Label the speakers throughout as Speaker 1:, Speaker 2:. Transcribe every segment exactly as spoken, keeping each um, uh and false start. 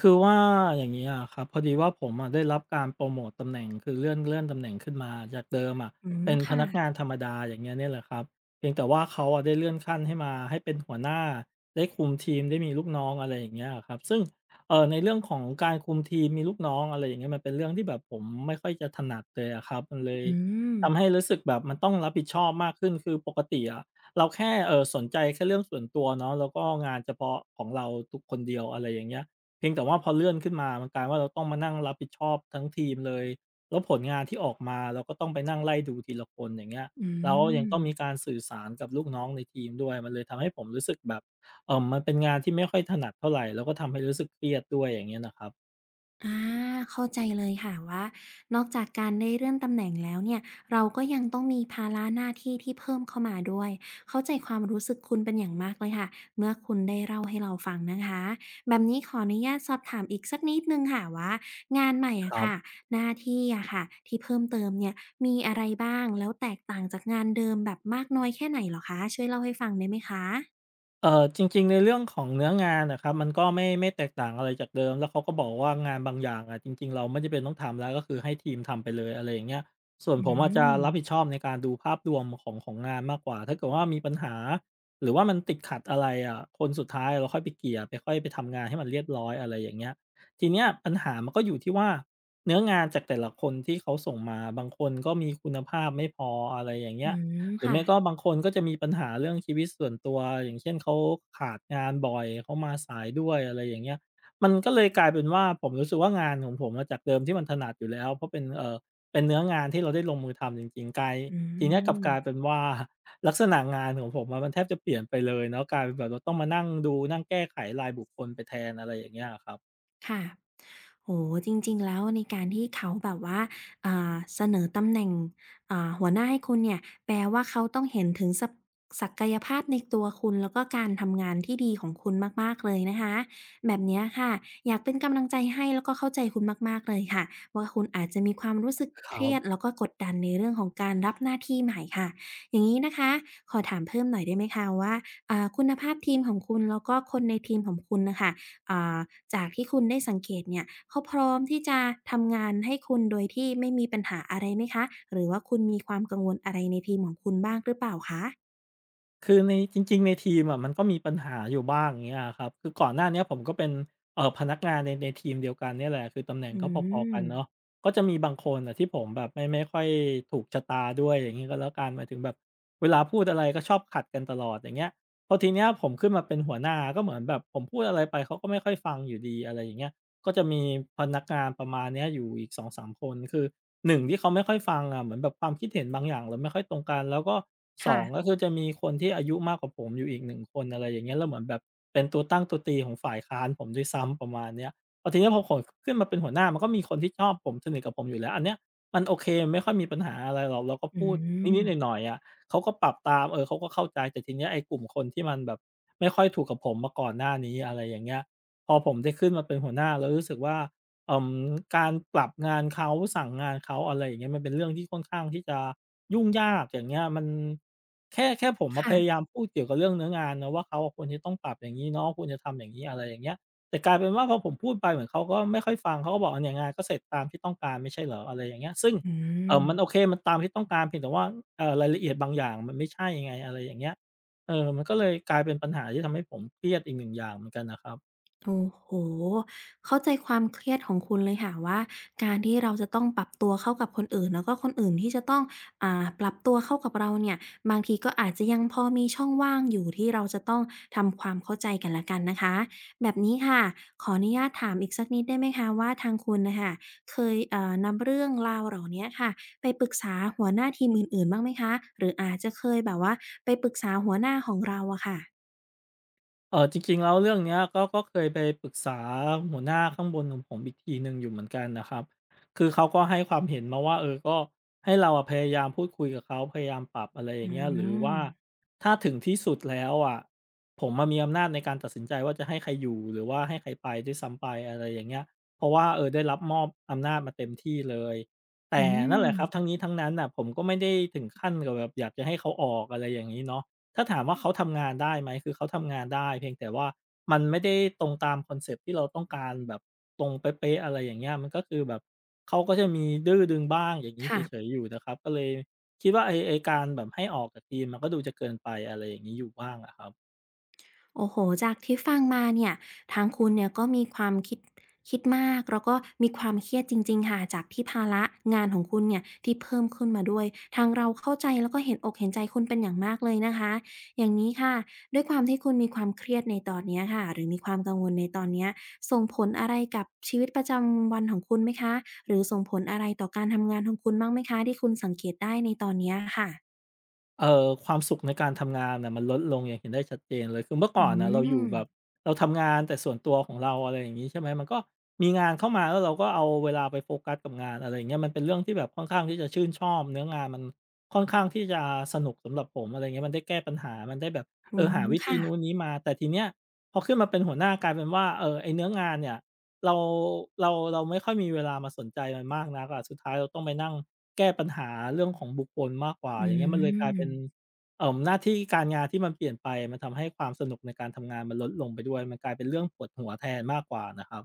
Speaker 1: คือว่าอย่างนี้อะครับพอดีว่าผมอะได้รับการโปรโมตตำแหน่งคือเลื่อนเลื่อนตำแหน่งขึ้นมาจากเดิมอะ
Speaker 2: อืม
Speaker 1: เป็นพนัก
Speaker 2: ค่ะ
Speaker 1: งานธรรมดาอย่างเงี้ยเนี่ยแหละครับเพียงแต่ว่าเขาอะได้เลื่อนขั้นให้มาให้เป็นหัวหน้าได้คุมทีมได้มีลูกน้องอะไรอย่างเงี้ยอะครับซึ่งเอ่อในเรื่องของการคุมทีมมีลูกน้องอะไรอย่างเงี้ยมันเป็นเรื่องที่แบบผมไม่ค่อยจะถนัดเลยอะครับมันเลย
Speaker 2: อืม
Speaker 1: ทำให้รู้สึกแบบมันต้องรับผิดชอบมากขึ้นคือปกติอะเราแค่เอ่อสนใจแค่เรื่องส่วนตัวเนาะแล้วก็งานเฉพาะของเราทุกคนเดียวอะไรอย่างเงี้ย เพียงแต่ว่าพอเลื่อนขึ้นมามันกลายว่าเราต้องมานั่งรับผิดชอบทั้งทีมเลยแล้วผลงานที่ออกมาเราก็ต้องไปนั่งไล่ดูทีละคนอย่างเงี้ย
Speaker 2: อื
Speaker 1: แล้วยัง
Speaker 2: ม
Speaker 1: ต้องมีการสื่อสารกับลูกน้องในทีมด้วย มันเลยทำให้ผมรู้สึกแบบเอ่อมันเป็นงานที่ไม่ค่อยถนัดเท่าไรแล้วก็ทำให้รู้สึกเครียดด้วยอย่างเงี้ยนะครับ
Speaker 2: อาเข้าใจเลยค่ะว่านอกจากการได้เลื่อนตำแหน่งแล้วเนี่ยเราก็ยังต้องมีภาระหน้าที่ที่เพิ่มเข้ามาด้วยเข้าใจความรู้สึกคุณเป็นอย่างมากเลยค่ะ เมื่อคุณได้เล่าให้เราฟังนะคะ แบบนี้ขออนุญาตสอบถามอีกสักนิดหนึ่งค่ะว่างานใหม่
Speaker 1: ค
Speaker 2: อะ
Speaker 1: รั
Speaker 2: ค่ะ
Speaker 1: บ
Speaker 2: หน้าที่อะค่ะที่เพิ่มเติมเนี่ยมีอะไรบ้างแล้วแตกต่างจากงานเดิมแบบมากน้อยแค่ไหนเหรอคะช่วยเล่าให้ฟังได้ไหมคะ
Speaker 1: เออจริงๆในเรื่องของเนื้องานนะครับมันก็ไม่ไม่แตกต่างอะไรจากเดิมแล้วเขาก็บอกว่างานบางอย่างอะจริงๆเราไม่จำเป็นต้องทำแล้วก็คือให้ทีมทำไปเลยอะไรอย่างเงี้ยส่วน
Speaker 2: อื
Speaker 1: ผมอาจจะรับผิด
Speaker 2: ม
Speaker 1: ชอบในการดูภาพรวมของของงานมากกว่าถ้าเกิดว่ามีปัญหาหรือว่ามันติดขัดอะไรอะคนสุดท้ายเราค่อยไปเกลี่ยไปค่อยไปทำงานให้มันเรียบร้อยอะไรอย่างเงี้ยทีเนี้ยปัญหามันก็อยู่ที่ว่าเนื้องานจากแต่ละคนที่เขาส่งมาบางคนก็มีคุณภาพไม่พออะไรอย่าง
Speaker 2: อื
Speaker 1: เงี้ย
Speaker 2: ม
Speaker 1: หรือ
Speaker 2: ค่ะ
Speaker 1: ไม่ก็บางคนก็จะมีปัญหาเรื่องชีวิตส่วนตัวอย่างเช่นเขาขาดงานบ่อยเขามาสายด้วยอะไรอย่างเงี้ยมันก็เลยกลายเป็นว่าผมรู้สึกว่างานของผมอะจากเดิมที่มันถนัดอยู่แล้วเพราะเป็นเอ่อเป็นเนื้องานที่เราได้ลงมือทำจริงๆกลาย
Speaker 2: อื
Speaker 1: ทีเนี้ยกลับกลาย
Speaker 2: ม
Speaker 1: เป็นว่าลักษณะงานของผมอะมันแทบจะเปลี่ยนไปเลยเนาะกลายเป็นแบบเราต้องมานั่งดูนั่งแก้ไขรายบุคคลไปแทนอะไรอย่างเงี้ยอะครับ
Speaker 2: ค่ะโอ้โฮจริงๆแล้วในการที่เขาแบบว่าอ่าเสนอตำแหน่งอ่าหัวหน้าให้คุณเนี่ยแปลว่าเขาต้องเห็นถึงศักศักยภาพในตัวคุณ แล้วก็การทำงานที่ดีของคุณมากๆเลยนะคะ แบบเนี้ยค่ะอยากเป็นกำลังใจให้แล้วก็เข้าใจคุณมากๆเลยค่ะว่าคุณอาจจะมีความรู้สึก
Speaker 1: ค
Speaker 2: เค
Speaker 1: รั
Speaker 2: รี
Speaker 1: บ
Speaker 2: ยดแล้วก็กดดันในเรื่องของการรับหน้าที่ใหม่ค่ะ อย่างงี้นะคะ ขอถามเพิ่มหน่อยได้ไหมคะว่าอ่าคุณภาพทีมของคุณแล้วก็คนในทีมของคุณน่ะค่ะ อ่าจากที่คุณได้สังเกตเนี่ยเขาพร้อมที่จะทำงานให้คุณโดยที่ไม่มีปัญหาอะไรไหมคะหรือว่าคุณมีความกังวลอะไรในทีมของคุณบ้างหรือเปล่าคะ
Speaker 1: คือในจริงๆในทีมอะมันก็มีปัญหาอยู่บ้างอย่างเงี้ยอะครับคือก่อนหน้าเนี้ยผมก็เป็นเอ่อพนักงานในในทีมเดียวกันเนี่ยแหละคือตำแหน่ง
Speaker 2: อื
Speaker 1: ก็พอๆกันเนาะ
Speaker 2: ม
Speaker 1: ก็จะมีบางคนน่ะที่ผมแบบไม่ไม่ค่อยถูกชะตาด้วยอย่างงี้ก็แล้วกันหมายถึงแบบเวลาพูดอะไรก็ชอบขัดกันตลอดอย่างเงี้ยพอทีเนี้ยผมขึ้นมาเป็นหัวหน้าก็เหมือนแบบผมพูดอะไรไปเขาก็ไม่ค่อยฟังอยู่ดีอะไรอย่างเงี้ยก็จะมีพนักงานประมาณเนี้ยอยู่อีกสองสามคนคือ หนึ่งที่เขาไม่ค่อยฟังอะเหมือนแบบความคิดเห็นบางอย่างเราไม่ค่อยตรงกันแล้วก็สองก็
Speaker 2: ค่ะ
Speaker 1: คือจะมีคนที่อายุมากกว่าผมอยู่อีกหนึ่งคนอะไรอย่างเงี้ยแล้วเหมือนแบบเป็นตัวตั้งตัวตีของฝ่ายค้านผมด้วยซ้ำประมาณเนี้ยพอทีเนี้ยพอผมขึ้นมาเป็นหัวหน้ามันก็มีคนที่ชอบผมสนิทกับผมอยู่แล้วอันเนี้ยมันโอเคไม่ค่อยมีปัญหาอะไรหรอกเราก็
Speaker 2: อื
Speaker 1: พูด
Speaker 2: ม
Speaker 1: นิดๆหน่อยๆอะเขาก็ปรับตามเออเขาก็เข้าใจแต่ทีเนี้ยไอ้กลุ่มคนที่มันแบบไม่ค่อยถูกกับผมมาก่อนหน้านี้อะไรอย่างเงี้ยพอผมได้ขึ้นมาเป็นหัวหน้าแล้วรู้สึกว่า เอ่อการปรับงานเขาสั่งงานเขาอะไรอย่างเงี้ยมันเป็นเรื่องที่ค่อนข้างที่จะยุ่งยากอย่างเงี้ยมันแค่แค่ผมอะพยายา
Speaker 2: ค่ะ
Speaker 1: มพูดเกี่ยวกับเรื่องเนื้องานเนาะว่าเขาอะควรจะต้องปรับอย่างงี้เนาะควรจะทำอย่างงี้อะไรอย่างเงี้ยแต่กลายเป็นว่าพอผมพูดไปเหมือนเขาก็ไม่ค่อยฟังเขาก็บอกอาเนี่ยงานก็เสร็จตามที่ต้องการไม่ใช่เหรออะไรอย่างเงี้ยซึ่ง
Speaker 2: อื
Speaker 1: เอ่อมันโอ
Speaker 2: ม
Speaker 1: เคมันตามที่ต้องการเพียงแต่ว่าเอ่อรายละเอียดบางอย่างมันไม่ใช่ไงอะไรอย่างเงี้ยเออมันก็เลยกลายเป็นปัญหาที่ทำให้ผมเครียดอีกหนึ่งอย่างเหมือนกันน่ะครับ
Speaker 2: โอ้โฮเข้าใจความเครียดของคุณเลยค่ะว่าการที่เราจะต้องปรับตัวเข้ากับคนอื่นแล้วก็คนอื่นที่จะต้องอ่าปรับตัวเข้ากับเราเนี่ยบางทีก็อาจจะยังพอมีช่องว่างอยู่ที่เราจะต้องทำความเข้าใจกันและกันนะคะแบบนี้ค่ะขออนุญาตถามอีกสักนิดได้ไหมคะว่าทางคุณน่ะค่ะเคยเอ่อนำเรื่องราวเหล่าเนี้ยค่ะไปปรึกษาหัวหน้าทีมอื่นๆบ้างไหมคะหรืออาจจะเคยแบบว่าไปปรึกษาหัวหน้าของเราอะค่ะ
Speaker 1: เออจริงๆแล้วเรื่องเนี้ยก็ก็เคยไปปรึกษาหัวหน้าข้างบนของผมอีกทีหนึ่งอยู่เหมือนกันนะครับคือเขาก็ให้ความเห็นมาว่าเออก็ให้เราอะพยายามพูดคุยกับเขาพยายามปรับอะไรอ
Speaker 2: อื
Speaker 1: ย่างเงี้ยหรือ
Speaker 2: ม
Speaker 1: ว่าถ้าถึงที่สุดแล้วอะผมมามีอำนาจในการตัดสินใจว่าจะให้ใครอยู่หรือว่าให้ใครไปด้วยซ้ำไปอะไรอย่างเงี้ยเพราะว่าเออได้รับมอบอำนาจมาเต็มที่เลย
Speaker 2: อื
Speaker 1: แต่นั่น
Speaker 2: ม
Speaker 1: แหละครับทั้งนี้ทั้งนั้นน่ะผมก็ไม่ได้ถึงขั้นกับแบบอยากจะให้เขาออกอะไรอย่างนี้เนาะ ถ้าถามว่าเขาทำงานได้ไหมคือเขาทำงานได้เพียงแต่ว่ามันไม่ได้ตรงตามคอนเซปต์ที่เราต้องการแบบตรงเป๊ะๆอะไรอย่างเงี้ยมันก็คือแบบเขาก็จะมีดื้อดึงบ้างอย่างงี้
Speaker 2: ค่ะ
Speaker 1: เฉยๆอยู่นะครับก็เลยคิดว่าไอ้ไอ้การแบบให้ออกจากทีมมันก็ดูจะเกินไปอะไรอย่างงี้อยู่บ้างอะครับ
Speaker 2: โอ้โฮจากที่ฟังมาเนี่ยทางคุณเนี่ยก็มีความคิดคิดมากแล้วก็มีความเครียดจริงๆค่ะจากที่ภาระงานของคุณเนี่ยที่เพิ่มขึ้นมาด้วยทางเราเข้าใจแล้วก็เห็นอกเห็นใจคุณเป็นอย่างมากเลยนะคะอย่างนี้ค่ะด้วยความที่คุณมีความเครียดในตอนเนี้ยค่ะหรือมีความกังวลในตอนเนี้ยส่งผลอะไรกับชีวิตประจำวันของคุณไหมคะหรือส่งผลอะไรต่อการทำงานของคุณบ้างไหมคะที่คุณสังเกตได้ในตอนเนี้ยค่ะ
Speaker 1: เอ่อความสุขในการทำงานน่ะมันลดลงอย่างเห็นได้ชัดเจนเลยคือเมื่อ
Speaker 2: อื
Speaker 1: ก่อนน่ะเราอยู่
Speaker 2: ม
Speaker 1: แบบเราทำงานแต่ส่วนตัวของเราอะไรอย่างงี้ใช่ไหมมันก็มีงานเข้ามาแล้วเราก็เอาเวลาไปโฟกัสกับงานอะไรอย่างเงี้ยมันเป็นเรื่องที่แบบค่อนข้างที่จะชื่นชอบเนื้องานมันค่อนข้างที่จะสนุกสำหรับผมอะไรอย่างเงี้ยมันได้แก้ปัญหามันได้แบบ
Speaker 2: อื
Speaker 1: เออหา
Speaker 2: ม
Speaker 1: วิธี
Speaker 2: ค่ะ
Speaker 1: นู้นนี้มาแต่ทีเนี้ยพอขึ้นมาเป็นหัวหน้ากลายเป็นว่าเอ่อไอ้เนื้องานเนี่ยเราเราเราไม่ค่อยมีเวลามาสนใจมันมากนักอะสุดท้ายเราต้องไปนั่ง แก้ปัญหาเรื่องของบุคคลมากกว่า
Speaker 2: อื
Speaker 1: อย่างเงี้ยมันเลยกลายเป็น
Speaker 2: ม
Speaker 1: เอ่อหน้าที่การงานที่มันเปลี่ยนไปมันทำให้ความสนุกในการทำงานมันลดลงไปด้วยมันกลายเป็นเรื่องปวดหัวแทนมากกว่านะครับ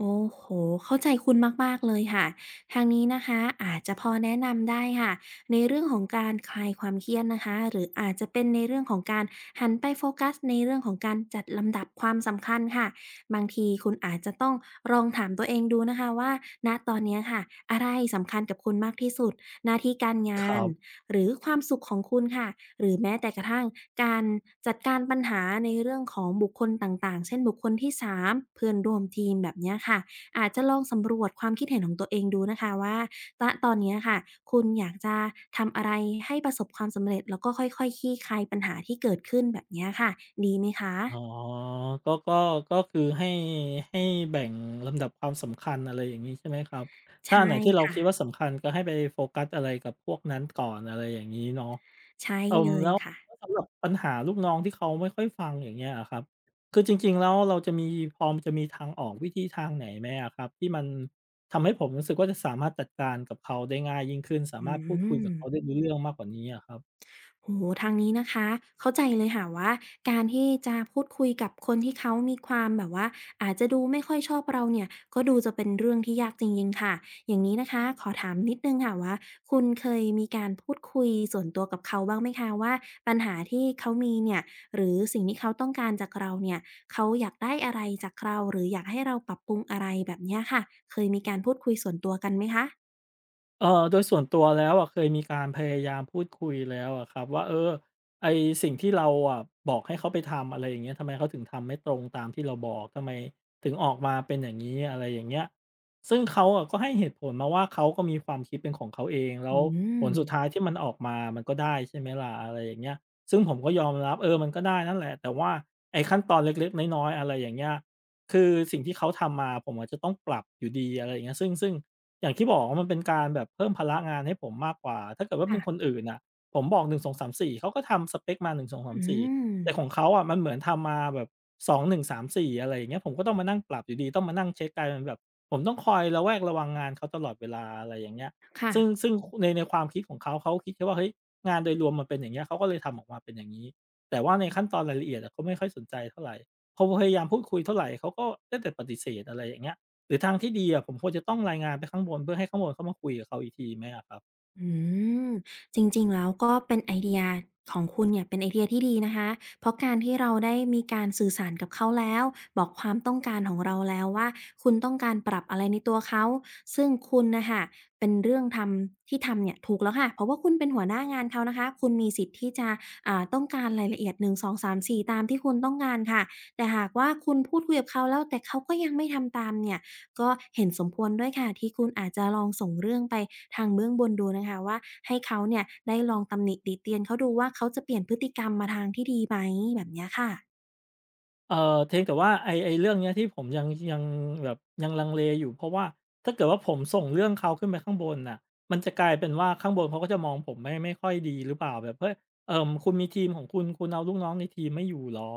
Speaker 2: โอ้โฮเข้าใจคุณมากๆเลยค่ะ ทางนี้นะคะอาจจะพอแนะนำได้ค่ะในเรื่องของการคลายความเครียดนะคะหรืออาจจะเป็นในเรื่องของการหันไปโฟกัสในเรื่องของการจัดลำดับความสำคัญค่ะ บางทีคุณอาจจะต้องลองถามตัวเองดูนะคะว่าณตอนเนี้ยค่ะอะไรสำคัญกับคุณมากที่สุด หน้าที่การ
Speaker 1: ค
Speaker 2: งา
Speaker 1: รั
Speaker 2: น
Speaker 1: บ
Speaker 2: หรือความสุขของคุณค่ะ หรือแม้แต่กระทั่งการจัดการปัญหาในเรื่องของบุคคลต่างๆ เช่นบุคคลที่สามเพื่อนร่วมทีมแบบเนี้ยค่ะอาจจะลองสำรวจความคิดเห็นของตัวเองดูนะคะว่าตตอนเนี้ยค่ะคุณอยากจะทำอะไรให้ประสบความสำเร็จแล้วก็ค่อยๆคลี่คลายปัญหาที่เกิดขึ้นแบบเนี้ยค่ะดีไหมคะ
Speaker 1: อ๋อก็ก็ก็คือให้ให้แบ่งลำดับความสำคัญอะไรอย่างงี้ใช่ไหมครับ
Speaker 2: ใช่
Speaker 1: ถ้าอันไหนที่เรา
Speaker 2: ค่ะ
Speaker 1: คิดว่าสำคัญก็ให้ไปโฟกัสอะไรกับพวกนั้นก่อนอะไรอย่างงี้เนาะ
Speaker 2: ใช่
Speaker 1: เอ่อ
Speaker 2: เลย
Speaker 1: แล้ว
Speaker 2: ค่ะ
Speaker 1: แล้วสำหรับปัญหาลูกน้องที่เขาไม่ค่อยฟังอย่างเงี้ยอะครับคือจริงๆแล้วเราจะมีพอจะมีทางออกวิธีทางไหนไหมอะครับที่มันทำให้ผมรู้สึกว่าจะสามารถจัดการกับเขาได้ง่ายยิ่งขึ้นสา
Speaker 2: อื
Speaker 1: มารถพูดคุยกั
Speaker 2: ม
Speaker 1: บเขาได้รู้เรื่องมากกว่านี้อะครับ
Speaker 2: โอ้โหทางนี้นะคะเข้าใจเลยค่ะว่าการที่จะพูดคุยกับคนที่เขามีความแบบว่าอาจจะดูไม่ค่อยชอบเราเนี่ยก็ดูจะเป็นเรื่องที่ยากจริงๆค่ะอย่างนี้นะคะขอถามนิดนึงค่ะว่าคุณเคยมีการพูดคุยส่วนตัวกับเขาบ้างไหมคะว่าปัญหาที่เขามีเนี่ยหรือสิ่งที่เขาต้องการจากเราเนี่ยเขาอยากได้อะไรจากเราหรืออยากให้เราปรับปรุงอะไรแบบเนี้ยค่ะเคยมีการพูดคุยส่วนตัวกันไหมคะ
Speaker 1: เอ่อโดยส่วนตัวแล้วอะเคยมีการพยายามพูดคุยแล้วอะครับว่าเออไอ้สิ่งที่เราอะบอกให้เขาไปทำอะไรอย่างเงี้ยทำไมเขาถึงทำไม่ตรงตามที่เราบอกทำไมถึงออกมาเป็นอย่างนี้อะไรอย่างเงี้ยซึ่งเขาอะก็ให้เหตุผลมาว่าเขาก็มีความคิดเป็นของเขาเองแล้
Speaker 2: อื
Speaker 1: วผล
Speaker 2: ม
Speaker 1: สุดท้ายที่มันออกมามันก็ได้ใช่ไหมล่ะอะไรอย่างเงี้ยซึ่งผมก็ยอมรับเออมันก็ได้นั่นแหละแต่ว่าไอ้ขั้นตอนเล็กๆน้อยๆอะไรอย่างเงี้ยคือสิ่งที่เขาทำมาผมอาจจะต้องปรับอยู่ดีอะไรอย่างเงี้ยซึ่งซึ่ง อย่างที่บอกว่ามันเป็นการแบบเพิ่มภาระงานให้ผมมากกว่าถ้าเกิดว่าเป็
Speaker 2: ค่ะ
Speaker 1: นคนอื่นน่ะผมบอกหนึ่ง สอง สาม สี่เขาก็ทำสเปกมาหนึ่ง สอง สาม
Speaker 2: อื
Speaker 1: สี่
Speaker 2: ม
Speaker 1: แต่ของเขาอะมันเหมือนทำมาแบบสองหนึ่งสามสี่อะไรอย่างเงี้ยผมก็ต้องมานั่งปรับอยู่ดีต้องมานั่งเช็กกลายเป็นแบบผมต้องคอยระแวดระวังงานเขาตลอดเวลาอะไรอย่างเงี้ย
Speaker 2: ค่ะ
Speaker 1: ซึ่งซึ่งคในในความคิดของเขาเขาคิดแค่ว่าเฮ้ยงานโดยรวมมันเป็นอย่างเงี้ยเขาก็เลยทำออกมาเป็นอย่างงี้แต่ว่าในขั้นตอนรายละเอียดอะเขาไม่ค่อยสนใจเท่าไรพอพยายามพูดคุยเท่าไรเขาก็ได้แต่ปฏิเสธอะไรอย่างเงี้ย หรือทางที่ดีอะผมควรจะต้องรายงานไปข้างบนเพื่อให้ข้างบนเข้ามาคุยกับเขาอีกทีไหมอะครับ
Speaker 2: อืมจริงๆแล้วก็เป็นไอเดียของคุณเนี่ยเป็นไอเดียที่ดีนะคะเพราะการที่เราได้มีการสื่อสารกับเขาแล้วบอกความต้องการของเราแล้วว่าคุณต้องการปรับอะไรในตัวเขาซึ่งคุณน่ะค่ะเป็นเรื่องทำที่ทำเนี่ยถูกแล้วค่ะเพราะว่าคุณเป็นหัวหน้างานเขานะคะคุณมีสิทธิ์ที่จะอ่าต้องการรายละเอียดหนึ่ง สอง สาม สี่ตามที่คุณต้องการค่ะแต่หากว่าคุณพูดคุยกับเขาแล้วแต่เขาก็ยังไม่ทำตามเนี่ย ก็เห็นสมควรด้วยค่ะที่คุณอาจจะลองส่งเรื่องไปทางเบื้องบนดูนะคะว่าให้เขาเนี่ยได้ลองตำหนิติเตียนเขาดูว่าเขาจะเปลี่ยนพฤติกรรมมาทางที่ดีไหมแบบเนี้ยค่ะ
Speaker 1: เอ่อเพียงแต่ว่าไอ้ไอ้เรื่องเนี้ยที่ผมยังยังแบบยังลังเลอยู่เพราะว่าถ้าเกิดว่าผมส่งเรื่องเขาขึ้นไปข้างบนน่ะมันจะกลายเป็นว่าข้างบนเขาก็จะมองผมไม่ไม่ค่อยดีหรือเปล่าแบบเฮ้ยเอ่อคุณมีทีมของคุณคุณเอาลูกน้องในทีมไม่อยู่เหรอ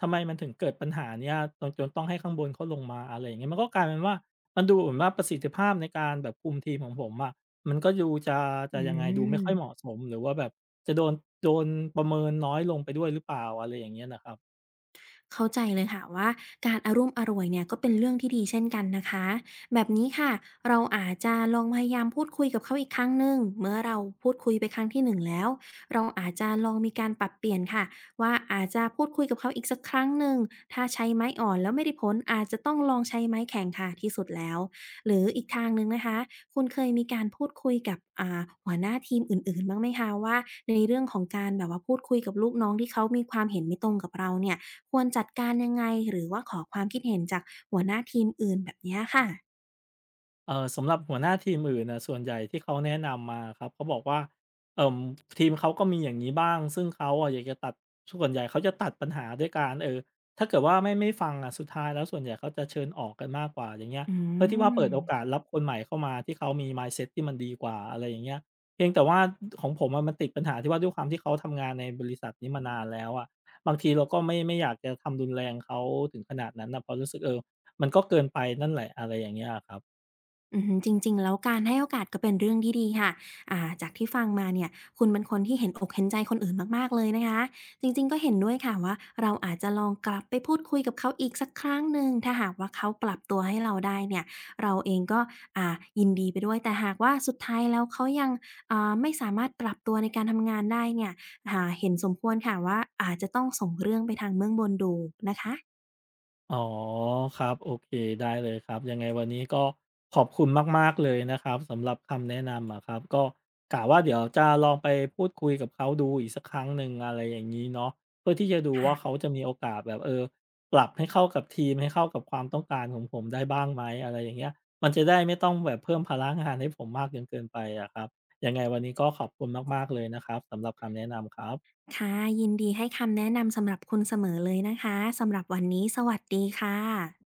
Speaker 1: ทำไมมันถึงเกิดปัญหาเนี้ยจนจนต้องให้ข้างบนเขาลงมาอะไรอย่างเงี้ยมันก็กลายเป็นว่ามันดูเหมือนว่าประสิทธิภาพในการแบบคุมทีมของผมอะมันก็ดูจะจะ
Speaker 2: อื
Speaker 1: ยังไงดูไม่ค่อยเหมาะ
Speaker 2: ม
Speaker 1: สมหรือว่าแบบจะโดนโดนประเมินน้อยลงไปด้วยหรือเปล่าอะไรอย่างเงี้ยน่ะครับ
Speaker 2: เข้าใจเลยค่ะว่าการอารุ่มอร่วยเนี่ยก็เป็นเรื่องที่ดีเช่นกันนะคะแบบนี้ค่ะเราอาจจะลองพยายามพูดคุยกับเขาอีกครั้งหนึ่งเมื่อเราพูดคุยไปครั้งที่หนึ่งแล้วเราอาจจะลองมีการปรับเปลี่ยนค่ะว่าอาจจะพูดคุยกับเขาอีกสักครั้งหนึ่งถ้าใช้ไม้อ่อนแล้วไม่ได้ผลอาจจะต้องลองใช้ไม้แข็งค่ะที่สุดแล้วหรืออีกทางหนึ่งนะคะคุณเคยมีการพูดคุยกับอ่าหัวหน้าทีมอื่นๆบ้างไหมคะว่าในเรื่องของการแบบว่าพูดคุยกับลูกน้องที่เขามีความเห็นไม่ตรงกับเราเนี่ย ควรจัดการยังไงหรือว่าขอความคิดเห็นจากหัวหน้าทีมอื่นแบบเนี้ยค่ะ
Speaker 1: เอ่อสำหรับหัวหน้าทีมอื่นนะส่วนใหญ่ที่เขาแนะนำมาครับเขาบอกว่าเอ่อทีมเขาก็มีอย่างนี้บ้างซึ่งเขาอะอยากจะตัดส่วนใหญ่เขาจะตัดปัญหาด้วยการเออถ้าเกิดว่าไม่ไม่ฟังอะสุดท้ายแล้วส่วนใหญ่เขาจะเชิญออกกันมากกว่าอย่างเงี้ย
Speaker 2: อื
Speaker 1: เพื่อที่ว่าเปิดโอกาส
Speaker 2: ม
Speaker 1: รับคนใหม่เข้ามาที่เขามี มายเซ็ต ที่มันดีกว่าอะไรอย่างเงี้ยเพียงแต่ว่าของผมอะมันติดปัญหาที่ว่าด้วยความที่เขาทำงานในบริษัทนี้มานานแล้วอะบางทีเราก็ไม่ไม่อยากจะทำรุนแรงเขาถึงขนาดนั้นนะเพราะรู้สึกเออมันก็เกินไปนั่นแหละอะไรอย่างเงี้ยครับ
Speaker 2: อือฮึจริงๆแล้วการให้โอกาสก็เป็นเรื่องที่ดีค่ะอ่าจากที่ฟังมาเนี่ยคุณเป็นคนที่เห็นอกเห็นใจคนอื่นมากๆเลยนะคะจริงๆก็เห็นด้วยค่ะว่าเราอาจจะลองกลับไปพูดคุยกับเขาอีกสักครั้งหนึ่งถ้าหากว่าเขาปรับตัวให้เราได้เนี่ยเราเองก็อ่ายินดีไปด้วยแต่หากว่าสุดท้ายแล้วเขายังอ่าไม่สามารถปรับตัวในการทำงานได้เนี่ยอ่าเห็นสมควรค่ะว่าอาจจะต้องส่งเรื่องไปทางเบื้องบนดูนะคะ
Speaker 1: อ๋อครับโอเคได้เลยครับยังไงวันนี้ก็ขอบคุณมากๆเลยนะครับสำหรับคำแนะนำอะครับก็กะว่าเดี๋ยวจะลองไปพูดคุยกับเขาดูอีกสักครั้งหนึ่งอะไรอย่างนี้เนาะเพื่อที่จะดูว่าเขา
Speaker 2: ค่ะ
Speaker 1: จะมีโอกาสแบบเออปรับให้เข้ากับทีมให้เข้ากับความต้องการของผมได้บ้างไหมอะไรอย่างเงี้ยมันจะได้ไม่ต้องแบบเพิ่มภาระงานให้ผมมากจนเกินไปอะครับยังไงวันนี้ก็ขอบคุณมากๆเลยนะครับสำหรับคำแนะนำครับ
Speaker 2: ค่ะยินดีให้คำแนะนำสำหรับคุณเสมอเลยนะคะสำหรับวันนี้สวัสดีค่ะ